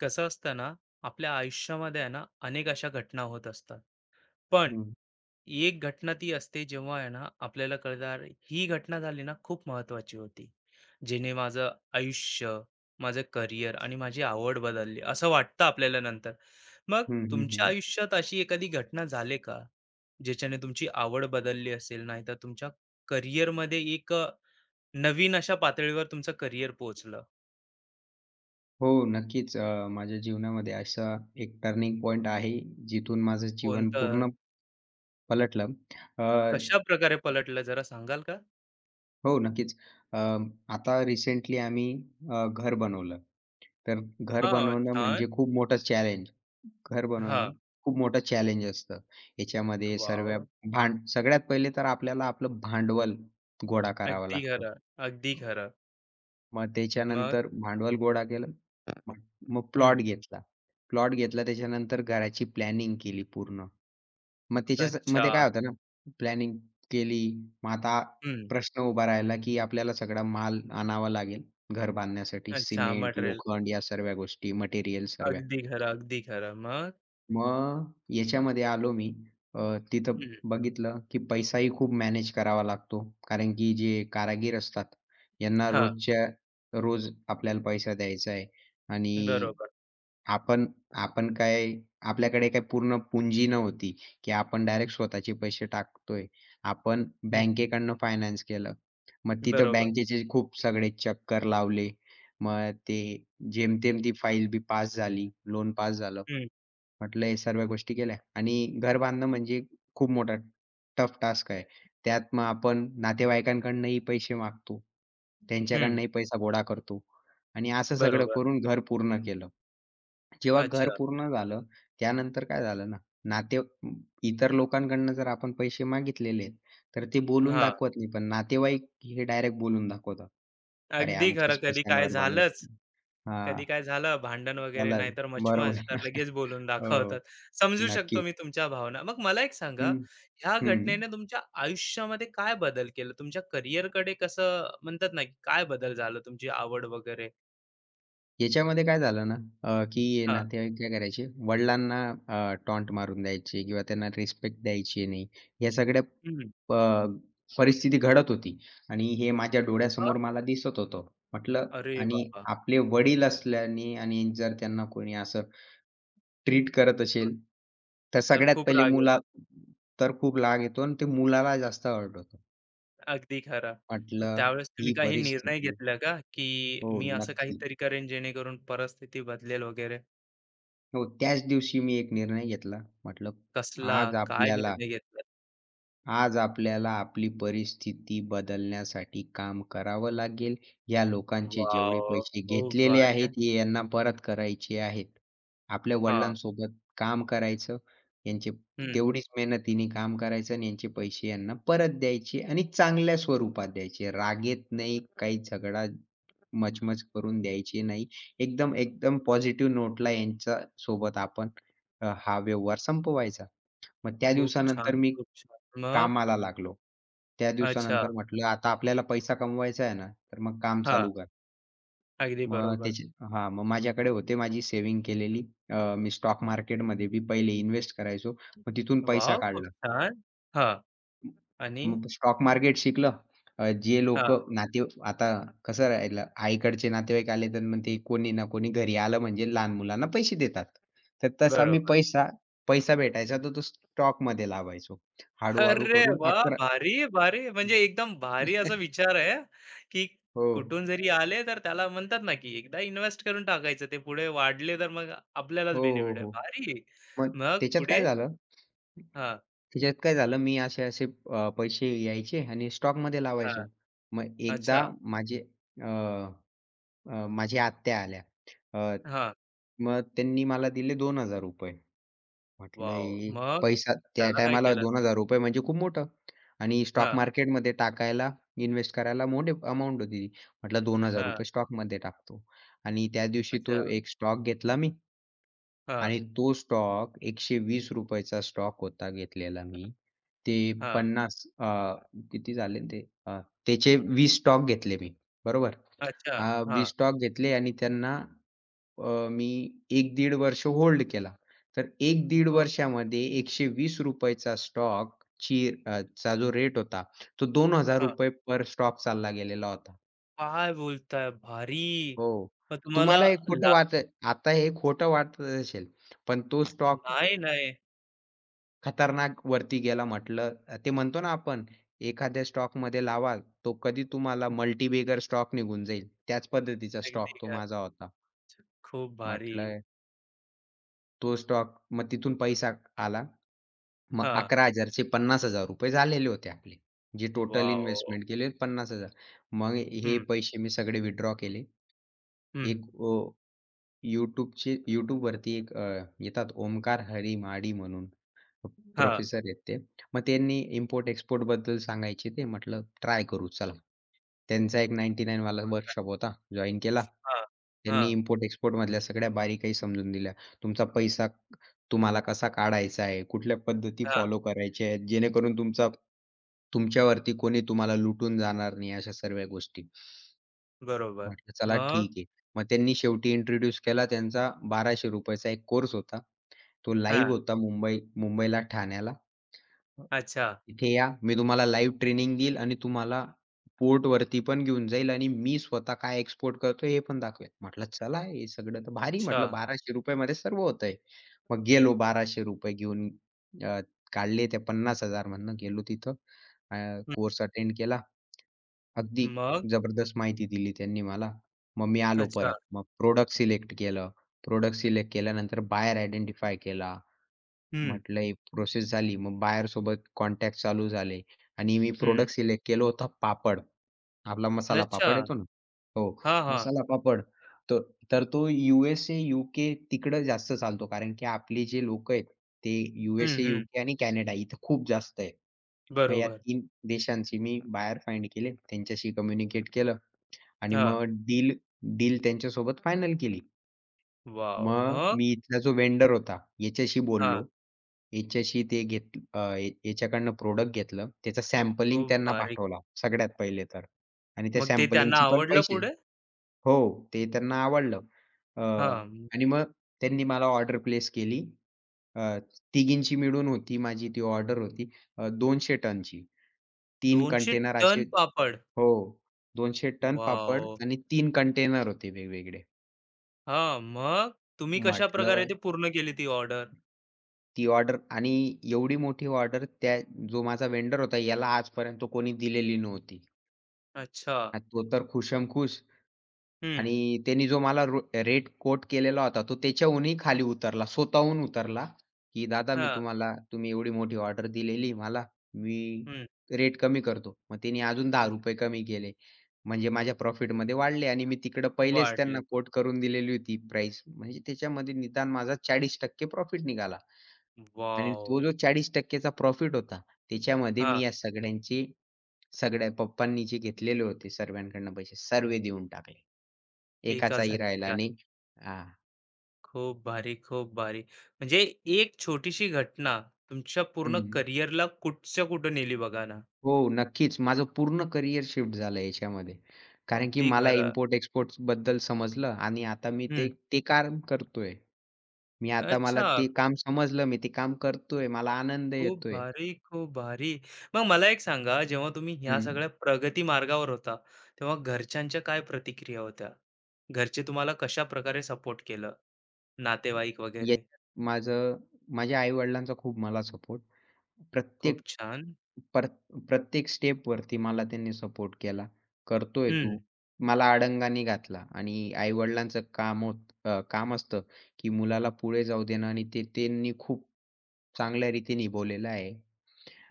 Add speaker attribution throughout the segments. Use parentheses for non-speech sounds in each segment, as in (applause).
Speaker 1: कसं असतं ना? आपल्या आयुष्यामध्ये आहे ना, अनेक अशा घटना होत असतात. पण
Speaker 2: हं.
Speaker 1: एक घटना ती असते जेव्हा आहे ना, आपल्याला कळतं, "अरे, ही घटना झाली ना, खूप महत्वाची होती. जेणे माझं आयुष्य, माझं करिअर आणि माझी आवड बदलली," असं वाटतं आपल्याला नंतर. मग
Speaker 2: हं, हं,
Speaker 1: तुमच्या
Speaker 2: हं.
Speaker 1: आयुष्यात अशी एखादी घटना झाली का, ज्याच्याने तुमची आवड बदलली असेल नाहीतर तुमच्या करिअरमध्ये एक नवीन अशा पातळीवर तुमचं करिअर पोहोचलं?
Speaker 2: हो, नक्कीच. माझ्या जीवनामध्ये असा एक टर्निंग पॉइंट आहे, जिथून माझं जीवन
Speaker 1: कोणतं?
Speaker 2: पूर्ण पलटलं. अ,
Speaker 1: कशा प्रकारे पलटलं जरा सांगाल का?
Speaker 2: हो, नक्कीच. अ, आता रिसेंटली आम्ही घर बनवलं. तर घर
Speaker 1: हां,
Speaker 2: बनवणं
Speaker 1: छान.
Speaker 2: म्हणजे खूप मोठं चॅलेंज. घर
Speaker 1: हां.
Speaker 2: बनवणं खूप मोठं चॅलेंज असतं. याच्यामध्ये
Speaker 1: वॉव!
Speaker 2: सर्व भांड सगळ्यात पहिले तर आपल्याला आपलं भांडवल गोळा करावं
Speaker 1: अगदी
Speaker 2: लागतं.
Speaker 1: खरं, अगदी खरं.
Speaker 2: मग
Speaker 1: मग?
Speaker 2: त्याच्यानंतर भांडवल गोळा केलं. मग मग
Speaker 1: हं.
Speaker 2: प्लॉट घेतला. प्लॉट घेतला त्याच्यानंतर घराची प्लॅनिंग केली पूर्ण. मग
Speaker 1: अच्छा.
Speaker 2: त्याच्यामध्ये काय होतं ना, प्लॅनिंग केली. मग आता
Speaker 1: हं.
Speaker 2: प्रश्न उभा राहिला, की आपल्याला सगळा माल आणावा लागेल घर बांधण्यासाठी.
Speaker 1: अच्छा,
Speaker 2: सिमेंट,
Speaker 1: मटेरियल.
Speaker 2: लोखंड या सर्व गोष्टी, मटेरियल सर्व.
Speaker 1: अगदी खरं, अगदी खरं. मग?
Speaker 2: मग याच्यामध्ये आलो मी. अ, तिथं
Speaker 1: हं.
Speaker 2: बघितलं, की पैसाही खूप मॅनेज करावा लागतो. कारण की जे कारागीर असतात, यांना
Speaker 1: हां.
Speaker 2: रोजच्या रोज आपल्याला पैसा द्यायचा आहे आणि
Speaker 1: बरोबर.
Speaker 2: आपण आपण काय आपल्याकडे काय पूर्ण पुंजी नव्हती, की आपण डायरेक्ट स्वतःचे पैसे टाकतोय. आपण
Speaker 1: हं.
Speaker 2: बँकेकडनं फायनान्स केलं. मग तिथं
Speaker 1: बरोबर.
Speaker 2: बँकेचे खूप सगळे चक्कर लावले. मग ते जेमतेम ती फाईल बी पास झाली, लोन पास झालं.
Speaker 1: हं,
Speaker 2: म्हटलं हे सर्व गोष्टी केल्या आणि घर बांधणं म्हणजे खूप मोठा टफ टास्क आहे. त्यात मग आपण नातेवाईकांकडूनही पैसे मागतो.
Speaker 1: हं.
Speaker 2: त्यांच्याकडूनही पैसा गोळा करतो आणि असं सगळं
Speaker 1: बरोबर.
Speaker 2: करून घर पूर्ण केलं. जेव्हा घर
Speaker 1: अच्छा.
Speaker 2: पूर्ण झालं, त्यानंतर काय झालं ना, नाते अं, इतर लोकांकडून जर आपण पैसे मागितलेले आहेत, तर ते बोलून
Speaker 1: हां.
Speaker 2: दाखवत नाही. पण नातेवाईक हे डायरेक्ट बोलून दाखवतात. "अरे,
Speaker 1: अगदी खरं.
Speaker 2: आमच्याच
Speaker 1: कधी काय
Speaker 2: पैशांवर बांधवत".
Speaker 1: झालंच,
Speaker 2: हां,
Speaker 1: कधी काय झालं, भांडण वगैरे
Speaker 2: त्याला
Speaker 1: नाहीतर मचमच,
Speaker 2: बरोबर.
Speaker 1: तर
Speaker 2: (laughs)
Speaker 1: लगेच बोलून
Speaker 2: हो,
Speaker 1: दाखवतात. समजू शकतो
Speaker 2: नक्कीच.
Speaker 1: मी तुमच्या भावना. मग मला एक सांगा,
Speaker 2: हं,
Speaker 1: ह्या
Speaker 2: हं.
Speaker 1: घटनेने तुमच्या आयुष्यामध्ये काय बदल केलं? तुमच्या करिअर कडे कसं म्हणतात ना, की काय बदल झाला, तुमची आवड वगैरे?
Speaker 2: याच्यामध्ये काय झालं ना, की
Speaker 1: हां.
Speaker 2: नातेवाईक काय करायचे, वडिलांना टॉन्ट मारून द्यायचे किंवा त्यांना रिस्पेक्ट द्यायची नाही. या सगळ्या
Speaker 1: हं.
Speaker 2: अ, परिस्थिती घडत होती आणि हे माझ्या डोळ्यासमोर
Speaker 1: मग?
Speaker 2: मला दिसत होतं. म्हटलं
Speaker 1: अरे
Speaker 2: आणि
Speaker 1: बाबा!
Speaker 2: आपले वडील असल्याने आणि जर त्यांना कोणी असं ट्रीट करत असेल, तर
Speaker 1: तर
Speaker 2: सगळ्यात
Speaker 1: खूप
Speaker 2: पहिले
Speaker 1: राग
Speaker 2: मुला
Speaker 1: येतो.
Speaker 2: तर खूप राग येतो आणि ते मुलाला जास्त हर्ट
Speaker 1: अगदी खरा. मग
Speaker 2: म्हटलं
Speaker 1: त्यावेळेस तुम्ही
Speaker 2: ही
Speaker 1: काही निर्णय
Speaker 2: परिस्थिती
Speaker 1: घेतला का, की
Speaker 2: हो,
Speaker 1: मी असं
Speaker 2: नक्की.
Speaker 1: काहीतरी करेन जेणेकरून परिस्थिती बदलेल वगैरे?
Speaker 2: हो, त्याच दिवशी मी एक निर्णय घेतला. म्हटलं
Speaker 1: कसला,
Speaker 2: आज
Speaker 1: काय
Speaker 2: आपल्याला
Speaker 1: निर्णय घेतला?
Speaker 2: आज आपल्याला आपली परिस्थिती बदलण्यासाठी काम करावं लागेल. या लोकांचे जेवढे
Speaker 1: वॉव!
Speaker 2: पैसे
Speaker 1: खूप
Speaker 2: घेतलेले
Speaker 1: भारी
Speaker 2: आहेत,
Speaker 1: हां.
Speaker 2: हे यांना परत करायचे आहेत. आपल्या वडिलांसोबत काम करायचं, यांचे
Speaker 1: हं.
Speaker 2: तेवढीच मेहनतीने काम करायचं आणि यांचे पैसे यांना परत द्यायचे आणि चांगल्या स्वरूपात द्यायचे. रागेत नाही, काही झगडा मचमच करून द्यायची नाही. एकदम, एकदम पॉझिटिव्ह नोटला यांच्यासोबत आपण हा व्यवहार संपवायचा. मग त्या
Speaker 1: खूप छान,
Speaker 2: दिवसानंतर मी
Speaker 1: खूप छान. मग?
Speaker 2: कामाला लागलो. त्या
Speaker 1: अच्छा.
Speaker 2: दिवसानंतर म्हटलं, "आता आपल्याला पैसा कमवायचा आहे ना, तर मग काम
Speaker 1: हां,
Speaker 2: चालू कर."
Speaker 1: अगदी
Speaker 2: मग
Speaker 1: बरोबर.
Speaker 2: त्याचे हां, मग माझ्याकडे होते माझी सेव्हिंग केलेली. मी स्टॉक मार्केटमध्ये बी पहिले इन्वेस्ट करायचो. मग तिथून पैसा
Speaker 1: वाव, खूप
Speaker 2: काढला.
Speaker 1: छान. हां. आणि
Speaker 2: मग स्टॉक मार्केट शिकलं. जे
Speaker 1: हां,
Speaker 2: लोकं नाते आता कसं राहिलं, आईकडचे नातेवाईक आले, तर मग ते कोणी ना कोणी घरी आलं म्हणजे लहान मुलांना पैसे देतात. तर तसा मी
Speaker 1: बरोबर.
Speaker 2: पैसा पैसा भेटायचा तर तो स्टॉकमध्ये लावायचो. हळू-हळू
Speaker 1: अरे
Speaker 2: करून
Speaker 1: वाह!
Speaker 2: 11
Speaker 1: भारी, भारी. म्हणजे एकदम भारी असा
Speaker 2: (laughs)
Speaker 1: विचार आहे, की
Speaker 2: हो.
Speaker 1: कुठून जरी आले तर त्याला म्हणतात ना, की एकदा इन्व्हेस्ट करून टाकायचं. ते पुढे वाढले तर मग आपल्यालाच
Speaker 2: हो, हो,
Speaker 1: बेनिफिट आहे.
Speaker 2: हो.
Speaker 1: भारी.
Speaker 2: मग
Speaker 1: मग
Speaker 2: त्याच्यात
Speaker 1: पुढे?
Speaker 2: काय झालं
Speaker 1: हां,
Speaker 2: त्याच्यात काय झालं मी असे असे पैसे यायचे आणि स्टॉकमध्ये
Speaker 1: हां.
Speaker 2: लावायचो. मग
Speaker 1: अच्छा.
Speaker 2: एकदा माझे अ, माझ्या आत्या आल्या. अ,
Speaker 1: हां.
Speaker 2: मग त्यांनी मला दिले ₹2,000. म्हटलं
Speaker 1: वॉव!
Speaker 2: हे
Speaker 1: मग
Speaker 2: पैसा त्या
Speaker 1: त्याला काय
Speaker 2: टायमाला
Speaker 1: केलं?
Speaker 2: ₹2,000 म्हणजे खूप मोठं आणि स्टॉक
Speaker 1: हां,
Speaker 2: मार्केटमध्ये टाकायला, इन्व्हेस्ट करायला मोठी अमाउंट होती ती. म्हटलं दोन हजार
Speaker 1: हां.
Speaker 2: रुपये स्टॉकमध्ये टाकतो आणि त्या दिवशी
Speaker 1: अच्छा.
Speaker 2: तो एक स्टॉक घेतला मी
Speaker 1: हां,
Speaker 2: आणि तो स्टॉक ₹120 चा स्टॉक होता घेतलेला मी. ते हं.
Speaker 1: हां.
Speaker 2: 50 किती झाले ते अ, त्याचे 20 स्टॉक घेतले मी. बरोबर.
Speaker 1: अच्छा.
Speaker 2: 20
Speaker 1: हां.
Speaker 2: स्टॉक घेतले आणि त्यांना मी 1 दीड वर्ष होल्ड केला. तर 1 दीड
Speaker 1: मग?
Speaker 2: वर्षामध्ये ₹120 चा स्टॉकची चा जो रेट होता, तो
Speaker 1: हां.
Speaker 2: ₹2,000 पर स्टॉक चालला गेलेला होता.
Speaker 1: काय बोलताय? भारी.
Speaker 2: हो.
Speaker 1: मग तुम्हाला
Speaker 2: तुम्हाला हे खोटं
Speaker 1: ला
Speaker 2: वाटत आता हे खोटं वाटत असेल, पण तो स्टॉक
Speaker 1: नाही, नाही.
Speaker 2: खतरनाक वरती गेला म्हटलं ते म्हणतो ना आपण, एखाद्या स्टॉकमध्ये लावा, तो कधी तुम्हाला मल्टीबेगर स्टॉक निघून जाईल. त्याच पद्धतीचा
Speaker 1: अगदी
Speaker 2: स्टॉक तो
Speaker 1: काय.
Speaker 2: माझा होता.
Speaker 1: खूप भारी.
Speaker 2: म्हटलं तो स्टॉक मग तिथून पैसा आला. मग
Speaker 1: हां.
Speaker 2: 11,000 चे ₹50,000 झालेले होते आपले. जे टोटल
Speaker 1: वॉव!
Speaker 2: इन्व्हेस्टमेंट केले 50,000 मग हे
Speaker 1: हं,
Speaker 2: पैसे मी सगळे विथड्रॉ केले.
Speaker 1: हं.
Speaker 2: एक YouTubeवरती एक येतात ओमकार हरी माडी म्हणून.
Speaker 1: हां.
Speaker 2: प्रोफेसर आहेत ते. मग त्यांनी इम्पोर्ट-एक्सपोर्ट बद्दल सांगायचे ते. म्हटलं ट्राय करू चला. त्यांचा एक 99 वाला वर्कशॉप होता. जॉइन केला.
Speaker 1: हां,
Speaker 2: त्यांनी
Speaker 1: हां,
Speaker 2: इम्पोर्ट-एक्सपोर्ट मधल्या सगळ्या बारीकाई समजून दिल्या. तुमचा पैसा तुम्हाला कसा काढायचा आहे, कुठल्या पद्धती
Speaker 1: हां.
Speaker 2: फॉलो करायच्या आहेत, जेणेकरून तुमचा तुमच्यावरती कोणी तुम्हाला लुटून जाणार नाही, अशा सर्व गोष्टी.
Speaker 1: बरोबर.
Speaker 2: म्हटलं चला
Speaker 1: मग?
Speaker 2: ठीक आहे. मग त्यांनी शेवटी इंट्रोड्यूस केला त्यांचा ₹1200 चा एक कोर्स होता. तो लाईव्ह
Speaker 1: हां.
Speaker 2: होता मुंबईला, ठाण्याला
Speaker 1: अच्छा,
Speaker 2: इथे या. मी तुम्हाला लाईव्ह ट्रेनिंग देईल आणि तुम्हाला पोर्ट वरती पण घेऊन जाईल आणि मी स्वतः काय एक्सपोर्ट करतो हे पण दाखवेल. म्हटलं चला हे सगळं तर भारी
Speaker 1: अच्छा.
Speaker 2: म्हटलं ₹1200 मध्ये सर्व होतंय. मग गेलो ₹1200 घेऊन अ, काढले ते 50,000 मधनं गेलो तिथं.
Speaker 1: हं.
Speaker 2: कोर्स अटेंड केला. अगदी
Speaker 1: मग?
Speaker 2: जबरदस्त माहिती दिली त्यांनी मला. मग मी आलो
Speaker 1: अच्छा.
Speaker 2: परत. मग प्रॉडक्ट सिलेक्ट केलं. प्रॉडक्ट सिलेक्ट केल्यानंतर बायर आयडेंटिफाय केला.
Speaker 1: हं,
Speaker 2: म्हटलं ही प्रोसेस झाली. मग बायरसोबत कॉन्टॅक्ट चालू झाले आणि मी हं.
Speaker 1: हं.
Speaker 2: प्रॉडक्ट सिलेक्ट केलं होतं पापड. आपला मसाला
Speaker 1: अच्छा.
Speaker 2: पापड येतो ना. हो,
Speaker 1: हां, हां.
Speaker 2: मसाला पापड. तर तर तो यू-एस-ए, यू-के तिकडं जास्त चालतो. कारण की आपली जे लोकं आहेत ते
Speaker 1: हं,
Speaker 2: यू-एस-ए,
Speaker 1: हं.
Speaker 2: यू-के आणि कॅनडा इथं खूप जास्त आहे. मग या
Speaker 1: बरोबर.
Speaker 2: 3 देशांची मी बायर फाइंड केले. त्यांच्याशी कम्युनिकेट केलं आणि
Speaker 1: हां.
Speaker 2: मग डील डील त्यांच्यासोबत फायनल केली.
Speaker 1: वॉव!
Speaker 2: मग
Speaker 1: मग?
Speaker 2: मी इथला जो व्हेंडर होता याच्याशी
Speaker 1: हां.
Speaker 2: बोललो. याच्याशी ते घेत अ, याच्याकडनं प्रॉडक्ट घेतलं. त्याचं सॅम्पलिंग
Speaker 1: खूप
Speaker 2: त्यांना
Speaker 1: भारी.
Speaker 2: पाठवला सगळ्यात पहिले तर आणि त्या
Speaker 1: मग ते त्यांना
Speaker 2: सॅम्पलिंगची पण
Speaker 1: आवडलं
Speaker 2: पैसे
Speaker 1: पुढे?
Speaker 2: हो, ते त्यांना आवडलं. अ,
Speaker 1: हां.
Speaker 2: आणि मग त्यांनी मला ऑर्डर प्लेस केली. अ, तिघींची मिळून होती माझी ती ऑर्डर होती 200 टनची. 3
Speaker 1: 200
Speaker 2: कंटेनर असे
Speaker 1: टन पापड.
Speaker 2: हो, 200 टन पापड
Speaker 1: वाव,
Speaker 2: आणि 3 कंटेनर होते वेगवेगळे.
Speaker 1: हां, मग तुम्ही कशाप्रकारे
Speaker 2: म्हटलं
Speaker 1: ते पूर्ण केली ती ऑर्डर?
Speaker 2: ती ऑर्डर आणि एवढी मोठी ऑर्डर त्या जो माझा व्हेंडर होता याला आजपर्यंत कोणी दिलेली नव्हती.
Speaker 1: अच्छा.
Speaker 2: आणि तो तर खुशामखुश
Speaker 1: हं.
Speaker 2: आणि त्यांनी जो मला रेट कोट केलेला होता तो त्याच्याहूनही खाली उतरला. स्वतःहून उतरला, की "दादा मी
Speaker 1: हां.
Speaker 2: तुम्हाला तुम्ही एवढी मोठी ऑर्डर दिलेली मला, मी
Speaker 1: हं.
Speaker 2: रेट कमी करतो." मग त्यांनी अजून ₹10 कमी केले. म्हणजे माझ्या प्रॉफिटमध्ये वाढले आणि मी तिकडं पहिलेच त्यांना
Speaker 1: वाढले.
Speaker 2: कोट करून दिलेली होती प्राईस. म्हणजे त्याच्यामध्ये निदान माझा 40% प्रॉफिट निघाला. आणि तो
Speaker 1: वॉव!
Speaker 2: जो 40% चा प्रॉफिट होता, त्याच्यामध्ये मी
Speaker 1: हां,
Speaker 2: या सगळ्यांची सगळ्या पप्पांनी जे घेतलेले होते सर्वांकडनं पैसे, सर्व देऊन टाकले.
Speaker 1: एका
Speaker 2: एकाचाही राहिला
Speaker 1: झटक्यात.
Speaker 2: नाही. हां.
Speaker 1: खूप भारी, खूप भारी. म्हणजे एक छोटीशी घटना तुमच्या पूर्ण
Speaker 2: हं.
Speaker 1: करिअरला कुठच्या कुठं नेली बघा ना.
Speaker 2: हो, नक्कीच. माझं पूर्ण करियर शिफ्ट झालं याच्यामध्ये. कारण की
Speaker 1: अगदी
Speaker 2: मला
Speaker 1: खरं.
Speaker 2: इम्पोर्ट-एक्सपोर्टबद्दल समजलं आणि आता मी ते
Speaker 1: हं.
Speaker 2: ते काम करतोय. मी आता मला
Speaker 1: अच्छा.
Speaker 2: ते काम समजलं, मी ते काम करतोय, मला आनंद
Speaker 1: खूप
Speaker 2: येतोय.
Speaker 1: भारी, खूप भारी. मग मला एक सांगा, जेव्हा तुम्ही ह्या
Speaker 2: हं.
Speaker 1: सगळ्या प्रगती मार्गावर होता, तेव्हा घरच्यांच्या काय प्रतिक्रिया होत्या? घरचे तुम्हाला कशाप्रकारे सपोर्ट केलं? नातेवाईक वगैरे?
Speaker 2: याच्यात माझं माझ्या आई-वडिलांचा खूप मला सपोर्ट. प्रत्येक
Speaker 1: खूप छान.
Speaker 2: पर प्रत्येक स्टेपवरती मला त्यांनी सपोर्ट केला. करतोय
Speaker 1: हं.
Speaker 2: तू. मला आडंगानी घातला आणि आई-वडिलांचं काम होत काम असतं, की मुलाला पुढे जाऊ देणं आणि ते त्यांनी खूप चांगल्या रीती निभवलेलं आहे.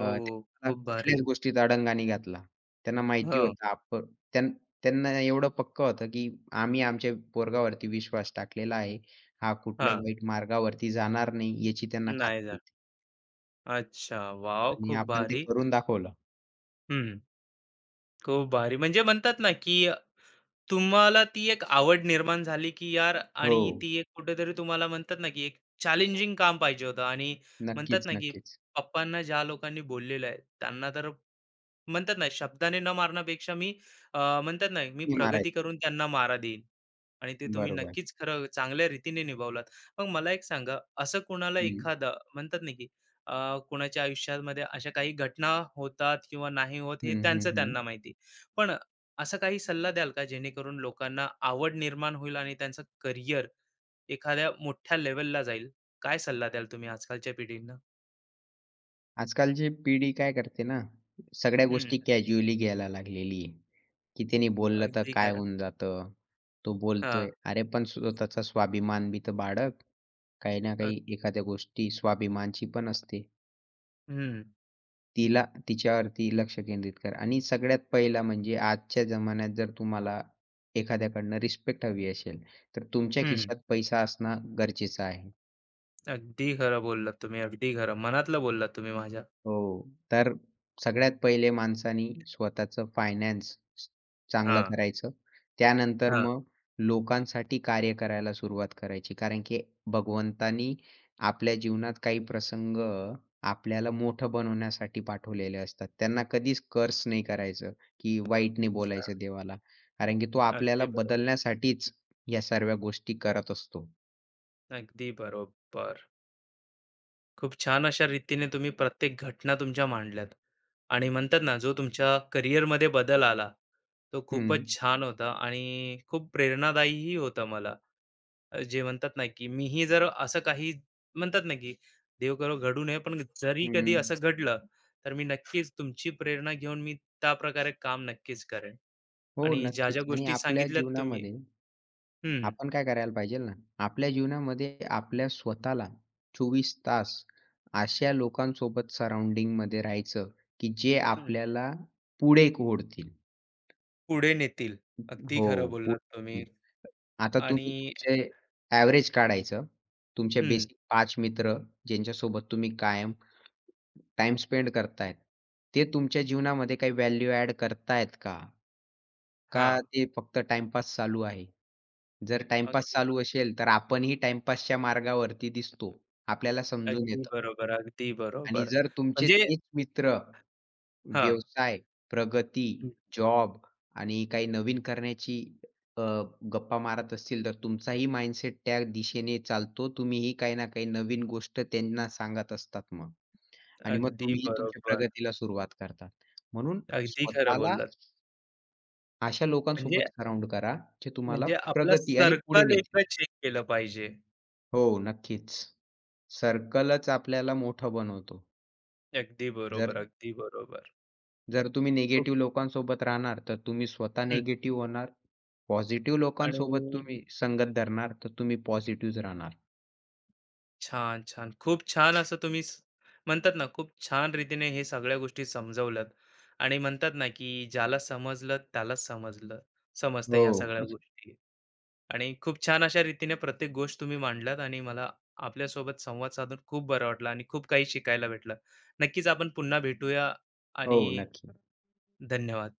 Speaker 1: ओह!
Speaker 2: त्यांना
Speaker 1: खूप भारी.
Speaker 2: कुठल्याच गोष्टीत आडंगानी घातला. त्यांना माहिती
Speaker 1: हं,
Speaker 2: होतं आपण त्यां त्यांना एवढं पक्कं होतं, की आम्ही आमच्या पोरगावरती विश्वास टाकलेला आहे. हा कुठल्या
Speaker 1: हां.
Speaker 2: वाईट मार्गावरती जाणार नाही याची त्यांना
Speaker 1: नाही
Speaker 2: खात्री
Speaker 1: जा.
Speaker 2: होती
Speaker 1: अच्छा, वाव,
Speaker 2: आणि
Speaker 1: खूप
Speaker 2: आपण ते
Speaker 1: भारी.
Speaker 2: करून दाखवलं.
Speaker 1: हं, खूप भारी. म्हणजे म्हणतात ना, की तुम्हाला ती एक आवड निर्माण झाली, की यार.
Speaker 2: हो.
Speaker 1: आणि ती एक कुठेतरी तुम्हाला म्हणतात ना, की एक चॅलेंजिंग काम पाहिजे होतं. आणि म्हणतात
Speaker 2: नक्कीच,
Speaker 1: ना, की
Speaker 2: नक्कीच.
Speaker 1: पप्पांना ज्या लोकांनी बोललेलं आहे, त्यांना तर म्हणतात ना, शब्दाने न मारण्यापेक्षा मी म्हणतात ना, मी
Speaker 2: मी
Speaker 1: प्रगती
Speaker 2: मारायचं.
Speaker 1: करून त्यांना मारा देईन. आणि ते तुम्ही
Speaker 2: बरोबर.
Speaker 1: नक्कीच खरं चांगल्या रीतीने निभावलात. मग मला एक सांगा, असं कुणाला
Speaker 2: हं.
Speaker 1: एखादा म्हणतात ना, की कुणाच्या आयुष्यामध्ये अशा काही घटना होतात किंवा नाही होत, हे
Speaker 2: हं, हं,
Speaker 1: त्यांचं
Speaker 2: हं.
Speaker 1: त्यांना माहिती. पण असा काही सल्ला द्याल का, जेणेकरून लोकांना आवड निर्माण होईल आणि त्यांचं करियर एखाद्या मोठ्या लेव्हलला जाईल? काय सल्ला द्याल तुम्ही आजकालच्या पिढींना?
Speaker 2: आजकालची पिढी काय करते ना, सगळ्या गोष्टी
Speaker 1: हं,
Speaker 2: कॅज्युअली घ्यायला लागलेली आहे, की त्याने बोललं तर
Speaker 1: अगदी
Speaker 2: काय
Speaker 1: खरं.
Speaker 2: होऊन जातं? तो
Speaker 1: हां.
Speaker 2: बोलतोय. अरे पण स्वतःचा स्वाभिमान बी तर बाळग. काही ना
Speaker 1: अ,
Speaker 2: काही एखाद्या गोष्टी स्वाभिमानची पण असते.
Speaker 1: हं,
Speaker 2: तिला तिच्यावरती लक्ष केंद्रित कर आणि सगळ्यात पहिला म्हणजे आजच्या जमान्यात जर तुम्हाला एखाद्याकडनं रिस्पेक्ट हवी असेल, तर तुमच्या
Speaker 1: हं.
Speaker 2: खिशात पैसा असणं गरजेचं आहे.
Speaker 1: अगदी खरं बोललात तुम्ही, अगदी खरं. मनातलं बोललात तुम्ही माझ्या.
Speaker 2: हो. तर सगळ्यात पहिले माणसानी स्वतःचं फायनान्स चांगलं
Speaker 1: हां,
Speaker 2: करायचं. त्यानंतर
Speaker 1: हां.
Speaker 2: मग लोकांसाठी कार्य करायला सुरुवात करायची. कारण की भगवंतानी आपल्या जीवनात काही प्रसंग आपल्याला मोठं बनवण्यासाठी पाठवलेले असतात. त्यांना कधीच कर्स नाही करायचं, की वाईट नाही
Speaker 1: अच्छा.
Speaker 2: बोलायचं देवाला. कारण की तो
Speaker 1: अगदी
Speaker 2: आपल्याला
Speaker 1: बरोबर.
Speaker 2: बदलण्यासाठीच या सर्व गोष्टी करत असतो.
Speaker 1: अगदी बरोबर. खूप छान अशा रीतीने तुम्ही प्रत्येक घटना तुमच्या मांडल्यात. आणि म्हणतात ना, जो तुमच्या करिअरमध्ये बदल आला, तो
Speaker 2: हं,
Speaker 1: खूपच छान होता आणि खूप प्रेरणादायीही होता मला. जे म्हणतात ना, की मीही जर असं काही म्हणतात ना, की देव करो घडू नये, पण जरी कधी
Speaker 2: हं.
Speaker 1: असं घडलं, तर मी नक्कीच तुमची प्रेरणा घेऊन मी त्याप्रकारे काम नक्कीच करेन.
Speaker 2: हो,
Speaker 1: आणि ज्या-ज्या
Speaker 2: नक्कीच. आणि
Speaker 1: गोष्टी
Speaker 2: आपल्या
Speaker 1: सांगितल्यात तुम्ही,
Speaker 2: जीवनामध्ये
Speaker 1: हं,
Speaker 2: आपण काय करायला पाहिजे ना, आपल्या जीवनामध्ये आपल्या स्वतःला 24 तास अशा लोकांसोबत सराउंडिंगमध्ये राहायचं, की जे
Speaker 1: हं.
Speaker 2: आपल्याला पुढे ओढतील.
Speaker 1: पुढे नेतील. अगदी खरं
Speaker 2: हो,
Speaker 1: बोललात
Speaker 2: पुढे
Speaker 1: तुम्ही.
Speaker 2: नेतील. आता तुम्ही
Speaker 1: आणि
Speaker 2: तुमचे ॲव्हरेज काढायचं. तुमचे
Speaker 1: हं,
Speaker 2: बेसिक 5 मित्र ज्यांच्यासोबत तुम्ही कायम टाईम स्पेंड करतायत. ते तुमच्या जीवनामध्ये काही व्हॅल्यू ॲड करतायत का? का
Speaker 1: हां.
Speaker 2: ते फक्त टाईमपास चालू आहे? जर टाइमपास
Speaker 1: अगदी
Speaker 2: चालू
Speaker 1: बरोबर,
Speaker 2: असेल, तर आपणही टाईमपासच्या मार्गावरती दिसतो. आपल्याला समजून
Speaker 1: अगदी
Speaker 2: येतं
Speaker 1: बरोबर, अगदी
Speaker 2: आणि
Speaker 1: बरोबर.
Speaker 2: जर तुमचे
Speaker 1: म्हणजे
Speaker 2: तेच मित्र
Speaker 1: हां,
Speaker 2: व्यवसाय, प्रगती,
Speaker 1: हं,
Speaker 2: जॉब आणि काही नवीन करण्याची अ, गप्पा मारत असतील, तर तुमचाही माइंडसेट त्या दिशेने चालतो. तुम्हीही काही ना काही नवीन गोष्ट त्यांना सांगत असतात मग आणि मग
Speaker 1: अगदी
Speaker 2: तुम्हीही तुमच्या
Speaker 1: बरोबर.
Speaker 2: प्रगतीला सुरुवात करतात. म्हणून
Speaker 1: अगदी खरं
Speaker 2: स्वतःला
Speaker 1: बोललात.
Speaker 2: अशा
Speaker 1: म्हणजे
Speaker 2: लोकांसोबत सराउंड करा, जे तुम्हाला
Speaker 1: म्हणजे आपला
Speaker 2: प्रगती आणि पुढे
Speaker 1: सर्कल एकदा
Speaker 2: नेतील.
Speaker 1: चेक केलं पाहिजे.
Speaker 2: हो, नक्कीच. सर्कलच आपल्याला मोठं बनवतो.
Speaker 1: अगदी बरोबर,
Speaker 2: जर
Speaker 1: अगदी बरोबर.
Speaker 2: जर तुम्ही
Speaker 1: खूप
Speaker 2: निगेटिव्ह लोकांसोबत राहणार, तर तुम्ही स्वतः
Speaker 1: हं,
Speaker 2: निगेटिव्ह होणार. पॉझिटिव्ह लोकांसोबत
Speaker 1: आणि
Speaker 2: तुम्ही संगत धरणार, तर तुम्ही पॉझिटिव्हच राहणार.
Speaker 1: छान, छान. खूप छान असं तुम्ही स, म्हणतात ना, खूप छान रीतीने हे सगळ्या गोष्टी समजवल्यात. आणि म्हणतात ना, की ज्याला समजलं त्यालाच समजलं, समजतं
Speaker 2: हो.
Speaker 1: ह्या सगळ्या
Speaker 2: (laughs)
Speaker 1: गोष्टी. आणि खूप छान अशा रीतीने प्रत्येक गोष्ट तुम्ही मांडलात आणि मला आपल्यासोबत संवाद साधून खूप बरं वाटलं आणि खूप काही शिकायला भेटलं. नक्कीच आपण पुन्हा भेटूया
Speaker 2: हो,
Speaker 1: आणि
Speaker 2: नक्की.
Speaker 1: धन्यवाद.